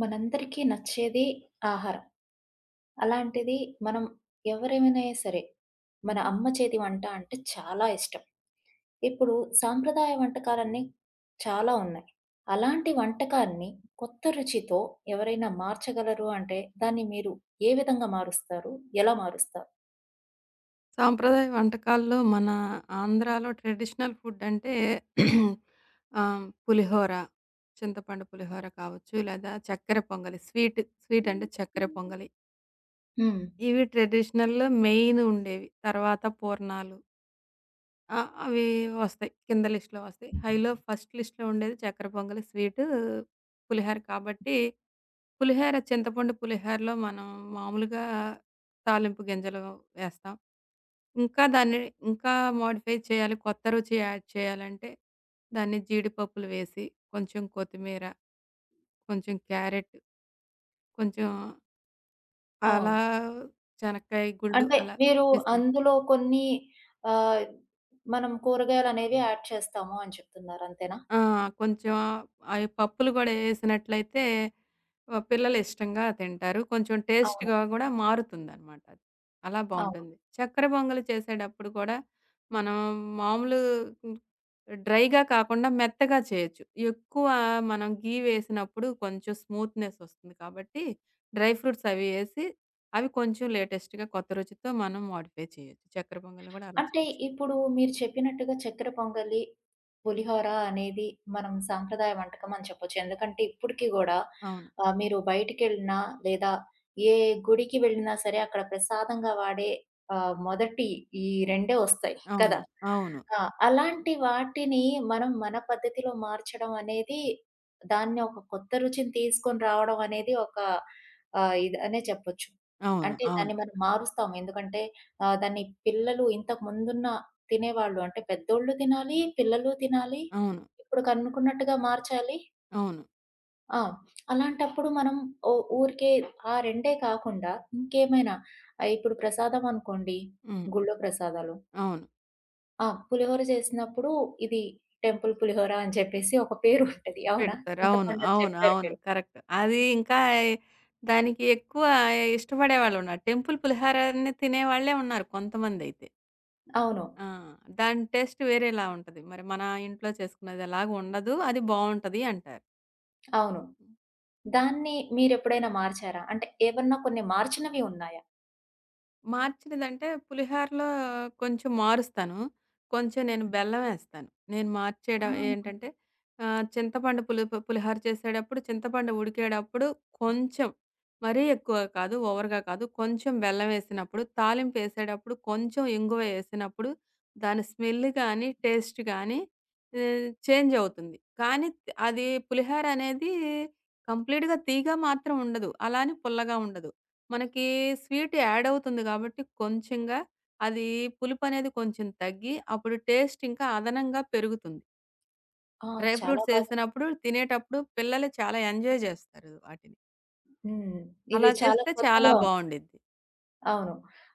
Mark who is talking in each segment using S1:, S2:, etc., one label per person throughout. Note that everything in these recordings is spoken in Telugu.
S1: మనందరికీ నచ్చేది ఆహారం. అలాంటిది మనం ఎవరేమైనా సరే, మన అమ్మ చేతి వంట అంటే చాలా ఇష్టం. ఇప్పుడు సాంప్రదాయ వంటకాలన్నీ చాలా ఉన్నాయి. అలాంటి వంటకాన్ని కొత్త రుచితో ఎవరైనా మార్చగలరు అంటే, దాన్ని మీరు ఏ విధంగా మారుస్తారు? ఎలా మారుస్తారు?
S2: సాంప్రదాయ వంటకాల్లో మన ఆంధ్రాలో ట్రెడిషనల్ ఫుడ్ అంటే పులిహోర, చింతపండు పులిహోర కావచ్చు, లేదా చక్కెర పొంగలి. స్వీట్, స్వీట్ అంటే చక్కెర పొంగలి.
S1: హ్మ్.
S2: ఇవి ట్రెడిషనల్‌లో మెయిన్ ఉండేవి. తర్వాత పూర్ణాలు ఆ! అవి వస్తాయి. కింద లిస్ట్‌లో వస్తాయి. హైలో ఫస్ట్ లిస్ట్‌లో ఉండేది చక్కెర పొంగలి, స్వీటు, పులిహోర కాబట్టి పులిహోర చింతపండు పులిహోరలో మనం మామూలుగా తాలింపు గింజలు వేస్తాం. ఇంకా దాన్ని ఇంకా మోడిఫై చేయాలి. కొత్త రుచి యాడ్ చేయాలంటే దాన్ని జీడిపప్పులు వేసి, కొంచెం కొత్తిమీర, కొంచెం క్యారెట్, కొంచెం అలా
S1: అవును.
S2: చెనక్కాయ గుళ్ళు
S1: అంటే
S2: అలా
S1: మీరు
S2: వేసిన
S1: అందులో కొన్ని ఆహ్, మనం కూరగాయలనేవి యాడ్ చేస్తాము అని చెప్తున్నారు. అంతేనా?
S2: ఆ! కొంచెం అయి పప్పులు గూడా ఏసినట్లయితే పిల్లలు ఇష్టంగా తింటారు. కొంచెం
S1: అవును.
S2: టేస్ట్‌గా గూడా మారుతుందనమాట. అది. అలా
S1: అవును.
S2: బావుంటుంది. చక్కెర పొంగలి చేసేటప్పుడు కూడా మనం మామూలు హ్మ్, డ్రైగా కాకుండా మెత్తగా చేయొచ్చు. ఎక్కువ మనం ఘీ వేసినప్పుడు కొంచెం స్మూత్‌నెస్ వస్తుంది కాబట్టి డ్రై ఫ్రూట్స్ అవి ఏసి అవి కొంచెం లేటెస్ట్‌గా కొత్త రుచితో మనం మోడిఫై చేయొచ్చు. చక్కెర పొంగల్ని గూడా అలా
S1: అంటే
S2: చేయొచ్చు.
S1: ఇప్పుడు మీరు చెప్పినట్టుగా చక్కెర పొంగలి, పులిహోర అనేది మనం సాంప్రదాయ వంటకం అని చెప్పొచ్చు. ఎందుకంటే ఇప్పటికి గూడా
S2: అవును.
S1: మీరు బయటికెళ్ళినా లేదా ఏ గుడికి వెళ్ళినా సరే అక్కడ ప్రసాదంగా వాడే మొదటి ఈ రెండే వస్తాయి కదా!
S2: అవును. అవును. అవును.
S1: ఆ! అలాంటి వాటిని మనం మన పద్ధతిలో మార్చడం అనేది దాన్ని ఒక కొత్త రుచిని తీసుకొని రావడం అనేది ఒక ఇది అనే చెప్పొచ్చు.
S2: అవును.
S1: అంటే
S2: అవును.
S1: దాన్ని మనం మారుస్తాం. ఎందుకంటే దాన్ని పిల్లలు ఇంతకు ముందున్న తినేవాళ్ళు అంటే పెద్దోళ్ళు తినాలి, పిల్లలు తినాలి.
S2: అవును.
S1: ఇప్పుడు కనుకున్నట్టుగా మార్చాలి.
S2: అవును.
S1: ఆ! అలాంటప్పుడు మనం ఓ ఊరికే ఆ రెండే కాకుండా ఇంకేమైనా ఇప్పుడు ప్రసాదం అనుకోండి.
S2: హ్మ్.
S1: గుళ్ళో ప్రసాదాలు.
S2: అవును.
S1: ఆ! పులిహోర చేసినప్పుడు ఇది టెంపుల్ పులిహోర అని చెప్పేసి ఒక పేరు ఉంటది. అవునా?
S2: పెడతారు. అవును.
S1: చింతపండు అని
S2: అవును.
S1: చెప్పారు
S2: అవును.
S1: మీరు.
S2: కరెక్ట్. అది ఇంకా దానికి ఎక్కువ ఇష్టపడేవాళ్ళున్నారు. టెంపుల్ పులిహారని తినేవాళ్ళే ఉన్నారు కొంతమందైతే.
S1: అవును.
S2: ఆ! దాని టేస్ట్ వేరేలా ఉంటది. మరి మన ఇంట్లో చేసుకునేది ఎలాగ ఉండదు. అది బావుంటది అంటారు.
S1: అవును. దాన్ని మీరెప్పుడైనా మార్చారా? అంటే ఏమన్నా కొన్ని మార్చినవి ఉన్నాయా?
S2: మార్చినదంటే పులిహోరలో కొంచెం మారుస్తాను. కొంచెం నేను బెల్లం ఏస్తాను. నేను
S1: ఆ!
S2: మార్చేయడం ఏంటంటే చింతపండు పులుపు పులిహోర చేసేటప్పుడు చింతపండు ఉడికేటప్పుడు కొంచెం మరీ ఎక్కువ కాదు, ఓవర్‌గా కాదు. కొంచెం బెల్లం ఏసినప్పుడు, తాలింపు ఏసేటప్పుడు కొంచెం ఇంగువ ఏసినప్పుడు దాని స్మెల్ గానీ, టేస్ట్ గానీ చేంజ్ అవుతుంది. కానీ అది పులిహోర అనేది కంప్లీట్‌గా తీయగా మాత్రం ఉండదు. అలా అని పుల్లగా ఉండదు. మనకి స్వీట్ యాడ్ అవుతుంది కాబట్టి కొంచెంగా అది పులుపనేది కొంచెం తగ్గి, అప్పుడు టేస్ట్ ఇంకా అదనంగా పెరుగుతుంది.
S1: ఆ!
S2: డ్రై
S1: చాలా
S2: ఫ్రూట్స్
S1: బాగా.
S2: ఏసినప్పుడు తినేటప్పుడు పిల్లలు చాలా ఎంజాయ్ జేస్తారు వాటిని.
S1: హ్మ్. ఇది
S2: అలా
S1: చాలా
S2: చేస్తే చాలా
S1: కొత్తగా ఉంది.
S2: బావుండిద్ది.
S1: అవును.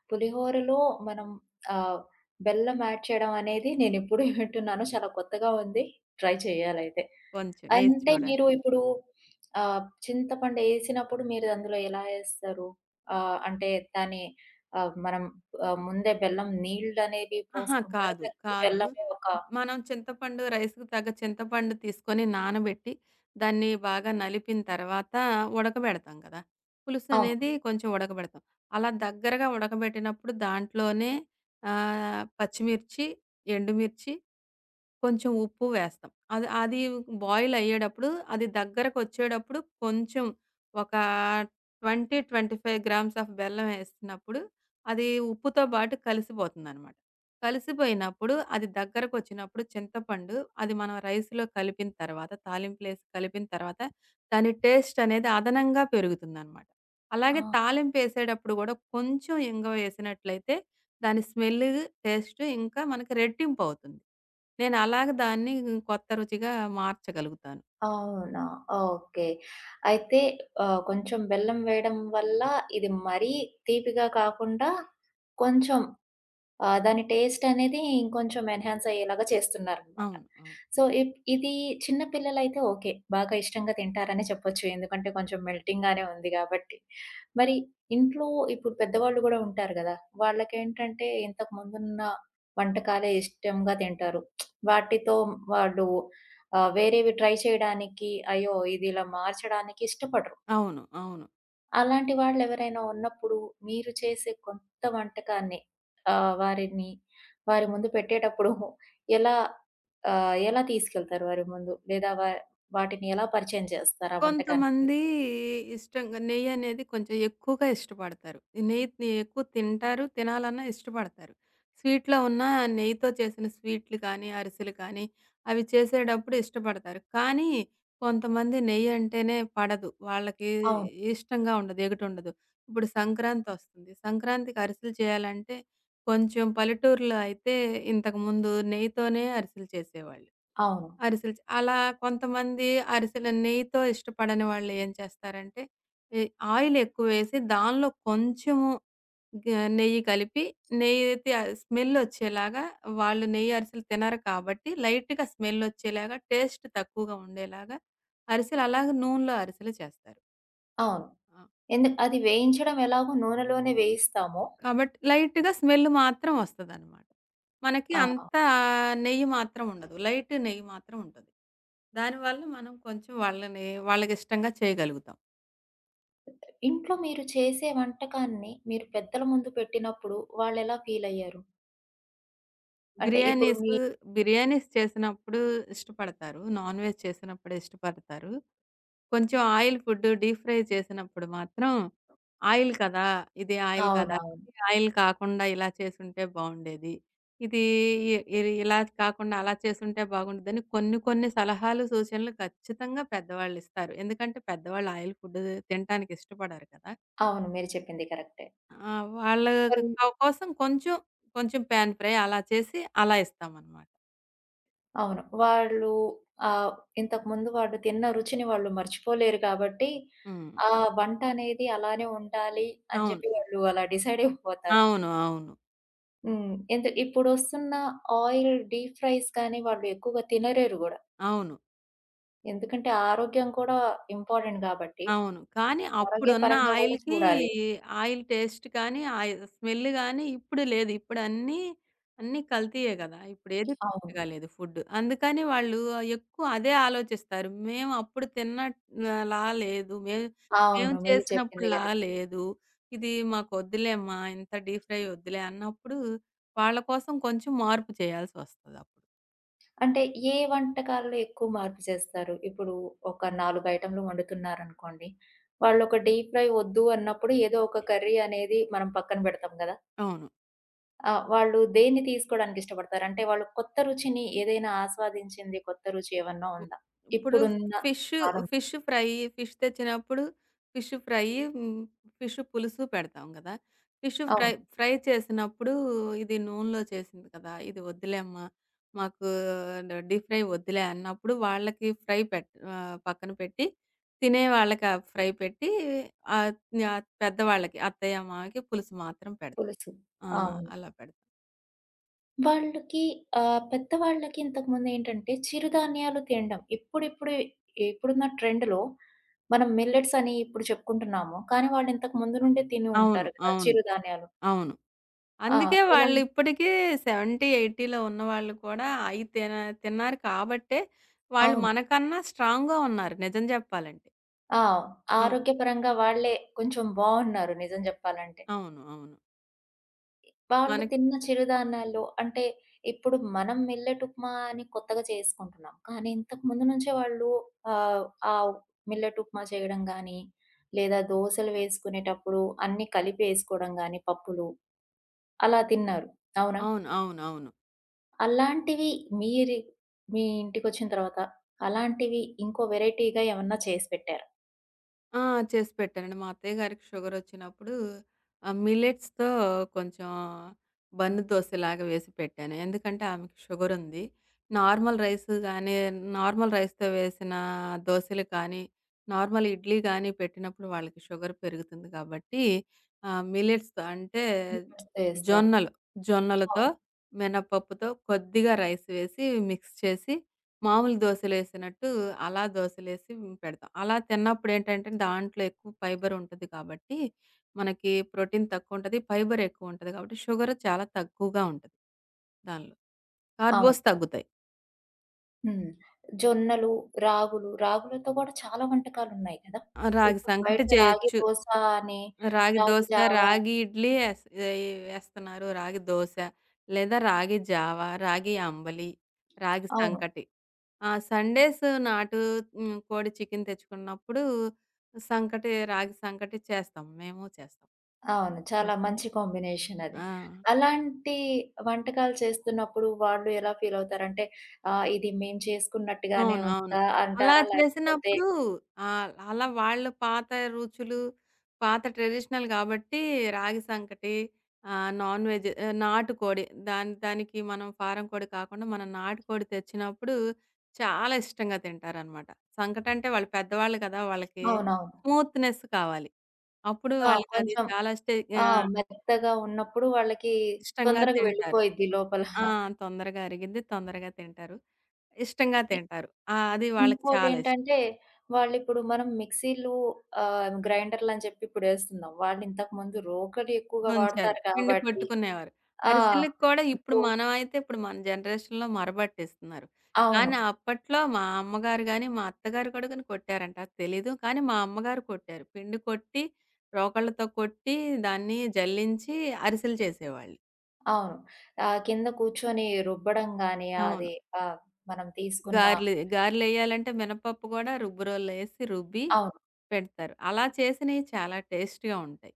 S1: పులిహోరలో మనం ఆహ్, బెల్లం యాడ్ చేయడం అనేది నేనెప్పుడూ వింటున్నాను. చాలా కొత్తగా ఉంది. ట్రై చేయాలయితే.
S2: కొంచెం వేసి
S1: అంటే
S2: చూడండి.
S1: మీరు ఇప్పుడు చింతపండు ఏసినప్పుడు మీరు అందులో ఎలా ఏస్తారు? అంటే దాన్ని మనం ముందే బెల్లం నీళ్ళనేవి
S2: అహా!
S1: పోసుకుంటారా?
S2: కాదు.
S1: లేకపోతే
S2: కాదు.
S1: బెల్లమే ఒక
S2: మనం చింతపండు రైస్‌కి తగ్గ చింతపండు తీసుకొని నానబెట్టి, దాన్ని బాగా నలిపిన తర్వాత ఉడకబెడతాం కదా! పులుసు
S1: అవును.
S2: అనేది కొంచెం ఉడకబెడతాం. అలా దగ్గరగా ఉడకబెట్టినప్పుడు దాంట్లోనే పచ్చిమిర్చి, ఎండుమిర్చి కొంచెం ఉప్పు వేస్తాం. అది అది బాయిల్ అయ్యేటప్పుడు అది దగ్గరకొచ్చేటప్పుడు కొంచెం ఒక 20, 25 గ్రామ్స్ ఆఫ్ బెల్లం వేస్తున్నప్పుడు అది ఉప్పుతో బాటు కలిసిపోతుందనమాట. కలిసిపోయినప్పుడు అది దగ్గరకొచ్చినప్పుడు చింతపండు అది మనం రైస్‌లో కలిపిన తర్వాత తాలింపులేసి కలిపిన తర్వాత దాని టేస్ట్ అనేది అదనంగా పెరుగుతుందనమాట. అలాగే
S1: ఆ!
S2: తాలింపేసేటప్పుడు గూడా కొంచెం ఇంగువ వేసినట్లయితే దాని స్మెల్, టేస్ట్ ఇంకా మనకి రెట్టింపవుతుంది. నేనలాగ దాన్ని కొత్త రుచిగా మార్చగలుగుతాను.
S1: అవునా! ఓకే. అయితే కొంచెం బెల్లం వేయడం వల్ల ఇది మరీ తీపిగా కాకుండా కొంచెం దాని టేస్ట్ అనేది ఇంకొంచెం ఎన్హాన్స్ అయ్యేలాగా చేస్తున్నారనమాట.
S2: అవును. అవును.
S1: సో, ఇది చిన్న పిల్లలైతే ఓకే. బాగా ఇష్టంగా తింటారనే చెప్పొచ్చు. ఎందుకంటే కొంచెం మెల్టింగ్‌గానే ఉంది గాబట్టి. మరి ఇంట్లో ఇప్పుడు పెద్దవాళ్ళు గూడా ఉంటారు గదా! వాళ్ళకేంటంటే ఇంతకు ముందున్న వంటకాలే ఇష్టంగా తింటారు. వాటితో వాళ్ళు వేరేవి ట్రై చేయడానికి, అయ్యో! ఇది ఇలా మార్చడానికి ఇష్టపడరు.
S2: అవును. అవును.
S1: అలాంటి వాళ్ళెవరైనా ఉన్నప్పుడు మీరు చేసే కొత్త వంటకాన్ని వారిని వారి ముందు పెట్టేటప్పుడు ఎలా ఎలా తీసుకెళ్తారు వారి ముందు? లేదా వాటిని ఎలా పరిచయం చేస్తారు? ఆ వంటకాన్ని మీరు?
S2: కొంతమంది ఇష్టంగా నెయ్యనేది కొంచెం ఎక్కువగా ఇష్టపడతారు. ఈ నెయ్యి ఎక్కువ తింటారు, తినాలన్నా ఇష్టపడతారు. స్వీట్‌లో ఉన్న నెయ్యితో చేసిన స్వీట్లు కానీ, అరిసెలు కానీ, అవి చేసేటప్పుడు ఇష్టపడతారు. కానీ కొంతమంది నెయ్యంటేనే పడదు. వాళ్ళకి
S1: అవును.
S2: ఇష్టంగా ఉండదు, ఎగటుండదు. ఇప్పుడు సంక్రాంతొస్తుంది. సంక్రాంతికి అరిసెలు చేయాలంటే కొంచెం పల్లెటూరులో అయితే ఇంతకుముందు నెయ్యితోనే అరిసెలు చేసేవాళ్ళు.
S1: అవును.
S2: అరిసెలు చే అలా కొంతమంది అరిసెలు నెయ్యితో ఇష్టపడని వాళ్ళు ఏం చేస్తారంటే, ఈ ఆయిల్ ఎక్కువేసి దానిలో కొంచెము గ నెయ్యి కలిపి, నెయ్యయితే ఆ స్మెల్ వచ్చేలాగా వాళ్ళు నెయ్యి అరిసెలు తినరు కాబట్టి లైట్‌గా స్మెల్ వచ్చేలాగా, టేస్ట్ తక్కువగా ఉండేలాగా అరిసెలు అలాగే నూనెలో అరిసెలు చేస్తారు.
S1: అవును.
S2: ఆ!
S1: అది వేయించడం ఎలాగో నూనెలోనే వేయిస్తామో
S2: కాబట్టి లైట్‌గా స్మెల్ మాత్రం వస్తదనమాట. మనకి
S1: ఆ!
S2: అంత నెయ్యి మాత్రం ఉండదు. లైట్ నెయ్యి మాత్రం ఉంటది. దానివల్ల మనం కొంచెం వాళ్ళని వాళ్ళకిష్టంగా చేయగలుగుతాం.
S1: ఇంట్లో మీరు చేసే వంటకాన్ని మీరు పెద్దల ముందు పెట్టినప్పుడు వాళ్ళెలా ఫీలయ్యారు? అంటే ఇప్పుడు
S2: బిర్యానీస్,
S1: మీ
S2: బిర్యానీస్ చేసినప్పుడు ఇష్టపడతారు. నాన్ వెజ్ చేసినప్పుడు ఇష్టపడతారు. కొంచెం ఆయిల్ ఫుడ్ డీప్ ఫ్రై చేసినప్పుడు మాత్రం ఆయిల్ కదా! ఇది ఆయిల్ కదా!
S1: అవునవును.
S2: ఇది ఆయిల్ కాకుండా ఇలా చేసుంటే బావుండేది. ఇది ఇ ఇది ఇలా కాకుండా అలా చేసుంటే బాగుండదని కొన్ని కొన్ని సలహాలు, సూచనలు ఖచ్చితంగా పెద్దవాళ్ళిస్తారు. ఎందుకంటే పెద్దవాళ్ళు ఆయిల్ ఫుడ్ తినటానికి ఇష్టపడరు కదా!
S1: అవును. మీరు చెప్పింది కరెక్టే.
S2: ఆ! వాళ్ళ
S1: వాళ్ళు
S2: కోసం కొంచెం, కొంచెం పాన్ ఫ్రై అలా చేసి అలా ఇస్తామనమాట.
S1: అవును. వాళ్ళు ఆహ్, ఇంతకుముందు వాళ్ళు తిన్న రుచిని వాళ్ళు మర్చిపోలేరు కాబట్టి,
S2: హ్మ్.
S1: ఆ వంట అనేది అలానే ఉండాలి అని
S2: అవును.
S1: చెప్పి వాళ్ళు అలా డిసైడ్ అయిపోతారు.
S2: అవును. అవును.
S1: హ్మ్. ఇప్పుడొస్తున్న ఆయిల్ డీప్ ఫ్రైస్ కానీ వాళ్ళు ఎక్కువగా తినలేరు గూడా.
S2: అవును.
S1: ఎందుకంటే ఆరోగ్యం కూడా ఇంపార్టెంట్ గాబట్టి.
S2: అవును. కానీ అప్పుడున్న
S1: ఆరోగ్యపరంగా గూడా
S2: ఆయిల్‌కి
S1: చూడాలి.
S2: ఆయిల్ టేస్ట్ కానీ, ఆయి స్మెల్ గానీ ఇప్పుడు లేదు. ఇప్పుడు అన్నీ, అన్నీ కల్తీయే గదా! ఇప్పుడేది
S1: అవును.
S2: కరెక్ట్‌గా లేదు ఫుడ్. అందుకని వాళ్ళు ఎక్కువ అదే ఆలోచిస్తారు. మేము అప్పుడు తిన్నలా లేదు. మేము మేము
S1: అవును. మీరు చెప్పింది
S2: చేసినప్పుడులా
S1: కరెక్ట్.
S2: లేదు. ఇది మాకొద్దులేమ్మా ఇంత డీప్ ఫ్రై వద్దులే అన్నప్పుడు వాళ్ళ కోసం కొంచెం మార్పు చేయాల్సొస్తదప్పుడు.
S1: అంటే ఏ వంటకాల్లో ఎక్కువ మార్పు చేస్తారు? ఇప్పుడు ఒక 4 ఐటెమ్‌లు వండుతున్నారనుకోండి. వాళ్ళొక డీప్ ఫ్రై వద్దు అన్నప్పుడు ఏదో ఒక కర్రీ అనేది మనం పక్కన పెడతాం గదా!
S2: అవును.
S1: ఆ! వాళ్ళు దేన్ని తీసుకోవడానికి ఇష్టపడతారు? అంటే వాళ్ళు కొత్త రుచిని ఏదైనా ఆస్వాదించింది కొత్త రుచి ఏమన్నా
S2: ఉ
S1: ఉందా?
S2: ఇప్పుడు
S1: ఇప్పుడున్న
S2: ఫిష్,
S1: కాలం
S2: ఫిష్ ఫ్రై, ఫిష్ తెచ్చినప్పుడు ఫిష్ ఫ్రై, హ్మ్, ఫిష్ పులుసు పెడతాం గదా! ఫిష్ ఫ్రై,
S1: అవును.
S2: ఫ్రై చేసినప్పుడు ఇది నూనెలో చేసింది కదా! ఇది వద్దులే అమ్మా! మాకు డీప్ ఫ్రై వద్దులే అన్నప్పుడు వాళ్ళకి ఫ్రై పెట్ పక్కన పెట్టి తినే వాళ్ళకి ఆ ఫ్రై పెట్టి ఆహ్, ఆహ్, పెద్దవాళ్ళకి అత్తయ్య, మామకి పులుసు మాత్రం పెడతాం.
S1: పులుసు.
S2: ఆ!
S1: అవును.
S2: అలా పెడతాం.
S1: వాళ్ళకి పెద్దవాళ్ళకి ఇంతకుముందేంటంటే చిరుధాన్యాలు తినడం. ఇప్పుడిప్పుడు ఇప్పుడున్న ట్రెండ్‌లో మనం మిల్లెట్స్ అని ఇప్పుడు చెప్పుకుంటున్నాము. కానీ వాళ్ళు ఇంతకు ముందు నుండే తిని
S2: అవును.
S1: ఉంటారు కదా!
S2: అవును.
S1: చిరుధాన్యాలు.
S2: అవును.
S1: ఆ!
S2: అందుకే
S1: ఎలాం
S2: వాళ్ళిప్పటికీ 70, 80లో ఉన్నవాళ్ళు కూడా అయి తిన్నారు కాబట్టే, వాళ్ళు
S1: అవును.
S2: మనకన్నా స్ట్రాంగ్‌గా ఉన్నారు నిజం జెప్పాలంటే.
S1: ఆ!
S2: అవును.
S1: ఆరోగ్యపరంగా వాళ్ళే కొంచెం బావున్నారు నిజం జెప్పాలంటే.
S2: అవును. అవును.
S1: వాళ్ళు
S2: మనకి
S1: తిన్న చిరుధాన్యాల్లో అంటే ఇప్పుడు మనం మిల్లెట్ ఉప్మా అని కొత్తగా చేసుకుంటున్నాం. కానీ ఇంతకు ముందు నుంచే వాళ్ళు ఆహ్, ఆ మిల్లెట్ ఉప్మా చేయడం గానీ, లేదా దోసలు వేసుకునేటప్పుడు అన్నీ కలిపేసుకోవడం గానీ పప్పులు, అలా తిన్నారు. అవునా?
S2: అవును. అవును. అవును.
S1: అలాంటివి మీరు మీ ఇంటికొచ్చిన తర్వాత అలాంటివి ఇంకో వేరైటీ‌గా ఏమన్నా చేసి పెట్టారా?
S2: ఆ! చేసి పెట్టానండి. మా అత్తయ్య గారికి షుగరొచ్చినప్పుడు మిల్లెట్స్‌తో కొంచెం బన్ దోసలాగా వేసి పెట్టాను. ఎందుకంటే ఆమెకి షుగరుంది. నార్మల్ రైస్ గానీ, నార్మల్ రైస్‌తో వేసిన దోసెలు కానీ, నార్మల్ ఇడ్లీ గానీ పెట్టినప్పుడు వాళ్ళకి షుగర్ పెరుగుతుంది కాబట్టి మిల్లెట్స్‌తో అంటే
S1: చేస్తారు.
S2: జొన్నలు, జొన్నలతో,
S1: అవును.
S2: మినపప్పుతో కొద్దిగా రైస్ వేసి మిక్స్ చేసి మామూలు దోసలేసినట్టు అలా దోసలేసి పెడతాం. అలా తిన్నప్పుడేంటంటే దాంట్లో ఎక్కువ ఫైబర్ ఉంటది కాబట్టి, మనకి ప్రోటీన్ తక్కువుంటది. ఫైబర్ ఎక్కువుంటది కాబట్టి షుగర్ చాలా తక్కువగా ఉంటది దానిలో.
S1: అవును.
S2: కార్బోస్ తగ్గుతాయి.
S1: హ్మ్. జొన్నలు, రాగులు, రాగులతో గూడా చాలా వంటకాలున్నాయి కదా!
S2: ఆ! రాగి
S1: ఇప్పుడు
S2: సంకటి
S1: బయట రాగి
S2: చేయొచ్చు.
S1: దోస అని,
S2: రాగి
S1: రాగి
S2: దోస,
S1: జావా
S2: రాగి ఇడ్లీ ఎయ్ ఎస్తున్నారు. రాగి దోస, లేదా రాగి జావా, రాగి అంబలి, రాగి
S1: అవును.
S2: సంకటి. ఆ! సండేస్ నాటు హ్మ్. కోడి చికెన్ తెచ్చుకున్నప్పుడు రాగి సంకటి చేస్తాం. మేము చేస్తాం.
S1: అవును.
S2: హ్మ్.
S1: చాలా మంచి కాంబినేషన్ అది.
S2: ఆ!
S1: అలాంటి వంటకాలు చేస్తున్నప్పుడు వాళ్ళు ఎలా ఫీలవుతారంటే, ఇది మేము చేసుకున్నట్టుగానే
S2: అవును. అవును.
S1: ఉందా
S2: అలా
S1: అంటారా? లేకపోతే
S2: చేసినప్పుడు అలా వాళ్ళ పాత రుచులు, పాత ట్రెడిషనల్ కాబట్టి రాగి సంకటి నాన్ వెజ్ నాటుకోడి దానికి మనం ఫారం కోడి కాకుండా మనం నాటుకోడి తెచ్చినప్పుడు చాలా ఇష్టంగా తింటారనమాట. సంకటంటే వాళ్ళు పెద్దవాళ్ళు కదా! వాళ్ళకి
S1: అవునవును.
S2: స్మూత్‌నెస్ కావాలి. అప్పుడు
S1: ఆ!
S2: వాళ్ళకది
S1: కొంచెం
S2: చాలా ఇష్ట
S1: ఆ!
S2: ఆహ్,
S1: మెత్తగా ఉన్నప్పుడు వాళ్ళకి
S2: ఇష్టంగా
S1: తొందరగా
S2: తింటారు.
S1: వెళ్ళిపోయిద్ది లోపల.
S2: ఆ! తొందరగా అరిగిద్ది, తొందరగా తింటారు. ఇష్టంగా తింటారు. ఆ! అది వాళ్ళకి చాలా ఇష్టం.
S1: ఇంకోటేంటంటే, వాళ్ళిప్పుడు మనం మిక్సీలు గ్రైండర్‌లని చెప్పి ఇప్పుడేస్తున్నాం. వాళ్ళింతకుముందు రోకలి ఎక్కువగా
S2: దొంచారు.
S1: వాడతారు
S2: పిండి
S1: కాబట్టి
S2: కొట్టుకునేవారు.
S1: ఆ!
S2: అరిసెలకి కూడా ఇప్పుడు
S1: ఇప్పుడు
S2: మనమైతే మన జనరేషన్‌లో మరబట్టేస్తున్నారు.
S1: అవును.
S2: కానీ అప్పట్లో మా అమ్మగారు గాని, మా అత్తగారు కూడా గాని కొట్టారంట. అది తెలీదు. కానీ మా అమ్మగారు కొట్టారు. పిండి కొట్టి, రోకళ్ళతో కొట్టి దాన్ని జల్లించి అరిసెలు చేసేవాళ్ళు.
S1: అవును. కింద కూర్చొని రుబ్బడం గాని,
S2: అవును.
S1: అది ఆహ్, మనం తీసుకున్న
S2: గారెలు, గారెలెయ్యాలంటే మినపప్పు గూడా రుబ్బురోలులేసి రుబ్బి
S1: అవును.
S2: పెడతారు. అలా చేసినయి చాలా టేస్టీ‌గా ఉంటాయి.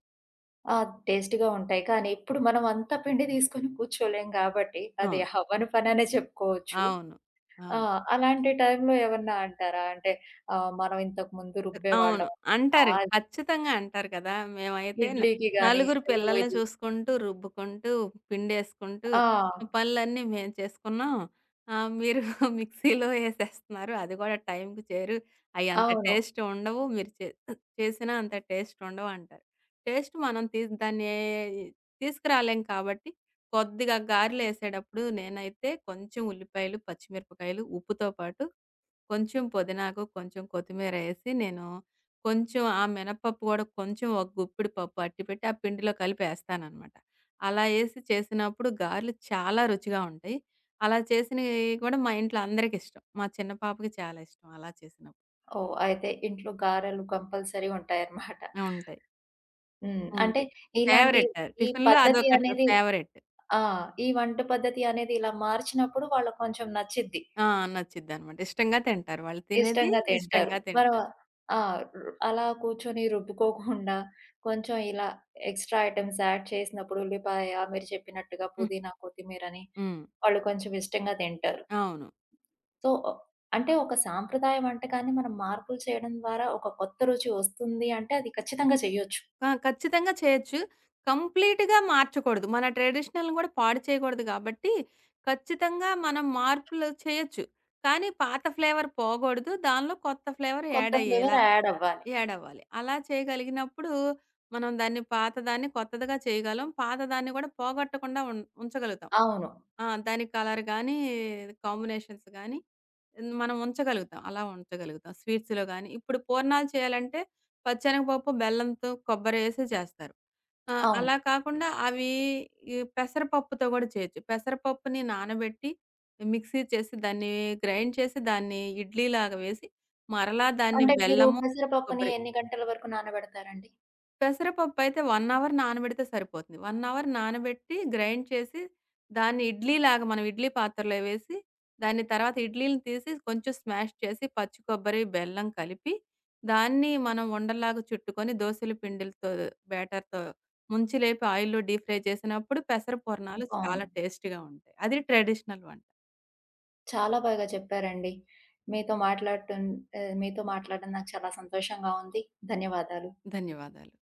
S1: ఆ! టేస్టీగా ఉంటాయి. కానీ ఇప్పుడు మనం అంత పిండి తీసుకొని కూర్చోలేం కాబట్టి, అది
S2: అవును.
S1: అవ్వని పననే చెప్పుకోవచ్చు.
S2: అవును.
S1: ఆ!
S2: అవును.
S1: అలాంటి టైంలో ఏమన్నా అంటారా? అంటే మనం ఇంతకుముందు
S2: అవును.
S1: రుబ్బేవాళ్ళం. ఆ
S2: అంటారు. ఖచ్చితంగా అంటారు కదా! మేమైతే
S1: ఇడ్లీకి గాని,
S2: నలుగురు
S1: అయ్యో!
S2: పిల్లల్ని
S1: ఇది
S2: చూసుకుంటూ, రుబ్బుకుంటూ, పిండేసుకుంటూ
S1: ఆ!
S2: పనులన్నీ మేము చేసుకున్నాం. ఆహ్, మీరు మిక్సీలో ఏసేస్తున్నారు. అది కూడా టైంకి చేరు. అయి అంత
S1: అవును.
S2: టేస్ట్ ఉండవు. మీరు చే చేసినా అంత టేస్ట్ ఉండవు అంటారు. టేస్ట్ మనం తీసుకురాలేం కాబట్టి కొద్దిగా గారెలేసేటప్పుడు నేనైతే కొంచెం ఉల్లిపాయలు, పచ్చిమిరపకాయలు, ఉప్పుతో పాటు కొంచెం పుదీనాకు, కొంచెం కొత్తిమీరేసి నేను కొంచెం ఆ మినపప్పు గూడా కొంచెం ఒక గుప్పెడు పప్పు అట్టిపెట్టి ఆ పిండిలో కలిపేస్తాననమాట. అలా ఏసి చేసినప్పుడు గారెలు చాలా రుచిగా ఉంటాయి. అలా చేసినయి కూడా మా ఇంట్లో అందరికిష్టం. మా చిన్న పాపకి చాలా ఇష్టం అలా చేసినప్పుడు.
S1: ఓహ్! అయితే ఇంట్లో గారెలు కంపల్సరీ ఉంటాయన్నమాట.
S2: ఆ! ఉంటాయి.
S1: హ్మ్. అంటే
S2: ఉంటాయి.
S1: ఇలాంటి
S2: ఫేవరెట్.
S1: ఈ
S2: టిఫిన్‌లో
S1: పద్ధతి
S2: అదొకటి
S1: అనేది
S2: ఫేవరెట్.
S1: ఆ! ఈ వంట పద్ధతి అనేది ఇలా మార్చినప్పుడు వాళ్ళకి కొంచెం నచ్చిద్ది.
S2: ఆ! నచ్చిద్దనమాట. ఇష్టంగా తింటారు. వాళ్ళు తినేది
S1: ఇష్టంగా తింటారు.
S2: ఇష్టంగా
S1: మరి
S2: తింటారు.
S1: ఆ! అలా కూర్చొని రుబ్బుకోకుండా కొంచెం ఇలా ఎక్స్‌ట్రా ఐటెమ్స్ యాడ్ చేసినప్పుడు ఉల్లిపాయ, మీరు చెప్పినట్టుగా
S2: హ్మ్.
S1: పుదీనా, కొత్తిమీరని
S2: హ్మ్.
S1: వాళ్ళు కొంచెం ఇష్టంగా తింటారు.
S2: అవును.
S1: సో, అంటే ఒక సాంప్రదాయ వంటకాన్ని మనం మార్పులు చేయడం ద్వారా ఒక కొత్త రుచి వస్తుంది అంటే అది ఖచ్చితంగా చేయొచ్చు.
S2: ఆ! ఖచ్చితంగా చేయొచ్చు. కంప్లీట్‌గా మార్చకూడదు. మన ట్రెడిషనల్‌ని కూడా పాడు చేయకూడదు కాబట్టి, ఖచ్చితంగా మనం మార్పులు చేయొచ్చు. కానీ పాత ఫ్లేవర్ పోగూడదు. దానిలో కొత్త ఫ్లేవర్
S1: కొత్త
S2: యాడ్
S1: ఫ్లేవర్
S2: అయ్యేలా
S1: యాడ్ అవ్వాలి.
S2: యాడ్ అవ్వాలి. అలా చేయగలిగినప్పుడు మనం దాన్ని పాతదాన్ని కొత్తదిగా చేయగలం. పాతదాన్ని కూడా పోగొట్టకుండా ఉంచగలుగుతాం.
S1: అవును.
S2: ఆ! దాని కలర్ గానీ, కాంబినేషన్స్ గానీ హ్మ్. మనం ఉంచగలుగుతాం. అలా ఉంచగలుగుతాం. స్వీట్స్‌లో గాని, ఇప్పుడు పూర్ణాలు చేయాలంటే పచ్చెనగపప్పు, బెల్లంతో, కొబ్బరేసి చేస్తారు. ఆ!
S1: అవును.
S2: అలా కాకుండా అవి ఈ పెసరపప్పుతో గూడా చేయొచ్చు. పెసరపప్పుని నానబెట్టి మిక్సీ చేసి దాన్ని గ్రైండ్ చేసి దాన్ని ఇడ్లీలాగా వేసి మరలా దాన్ని
S1: అంటే మీరు
S2: బెల్లము,
S1: పెసరపప్పుని
S2: కొబ్బరి
S1: ఎన్ని గంటల వరకు నానబెడతారండి?
S2: పెసరపప్పయితే 1 అవర్ నానబెడితే సరిపోతుంది. 1 అవర్ నానబెట్టి గ్రైండ్ చేసి, దాన్ని ఇడ్లీలాగా మనం ఇడ్లీ పాత్రలో వేసి, దాన్ని తర్వాత ఇడ్లీలని తీసి కొంచెం స్మాష్ చేసి, పచ్చి కొబ్బరి, బెల్లం కలిపి, దాన్ని మనం ఉండల్లాగా చుట్టుకొని దోసల పిండిలతో బ్యాటర్‌తో ముంచి లేపి ఆయిల్‌లో డీప్ ఫ్రై చేసినప్పుడు పెసర పూర్ణాలు చాలా
S1: బావుంది.
S2: టేస్టీ‌గా ఉంటాయి. అది ట్రెడిషనల్ వంట.
S1: చాలా బాగా చెప్పారండి. మీతో మాట్లాడటం మీతో మాట్లాడడం నాకు చాలా సంతోషంగా ఉంది. ధన్యవాదాలు.
S2: ధన్యవాదాలు.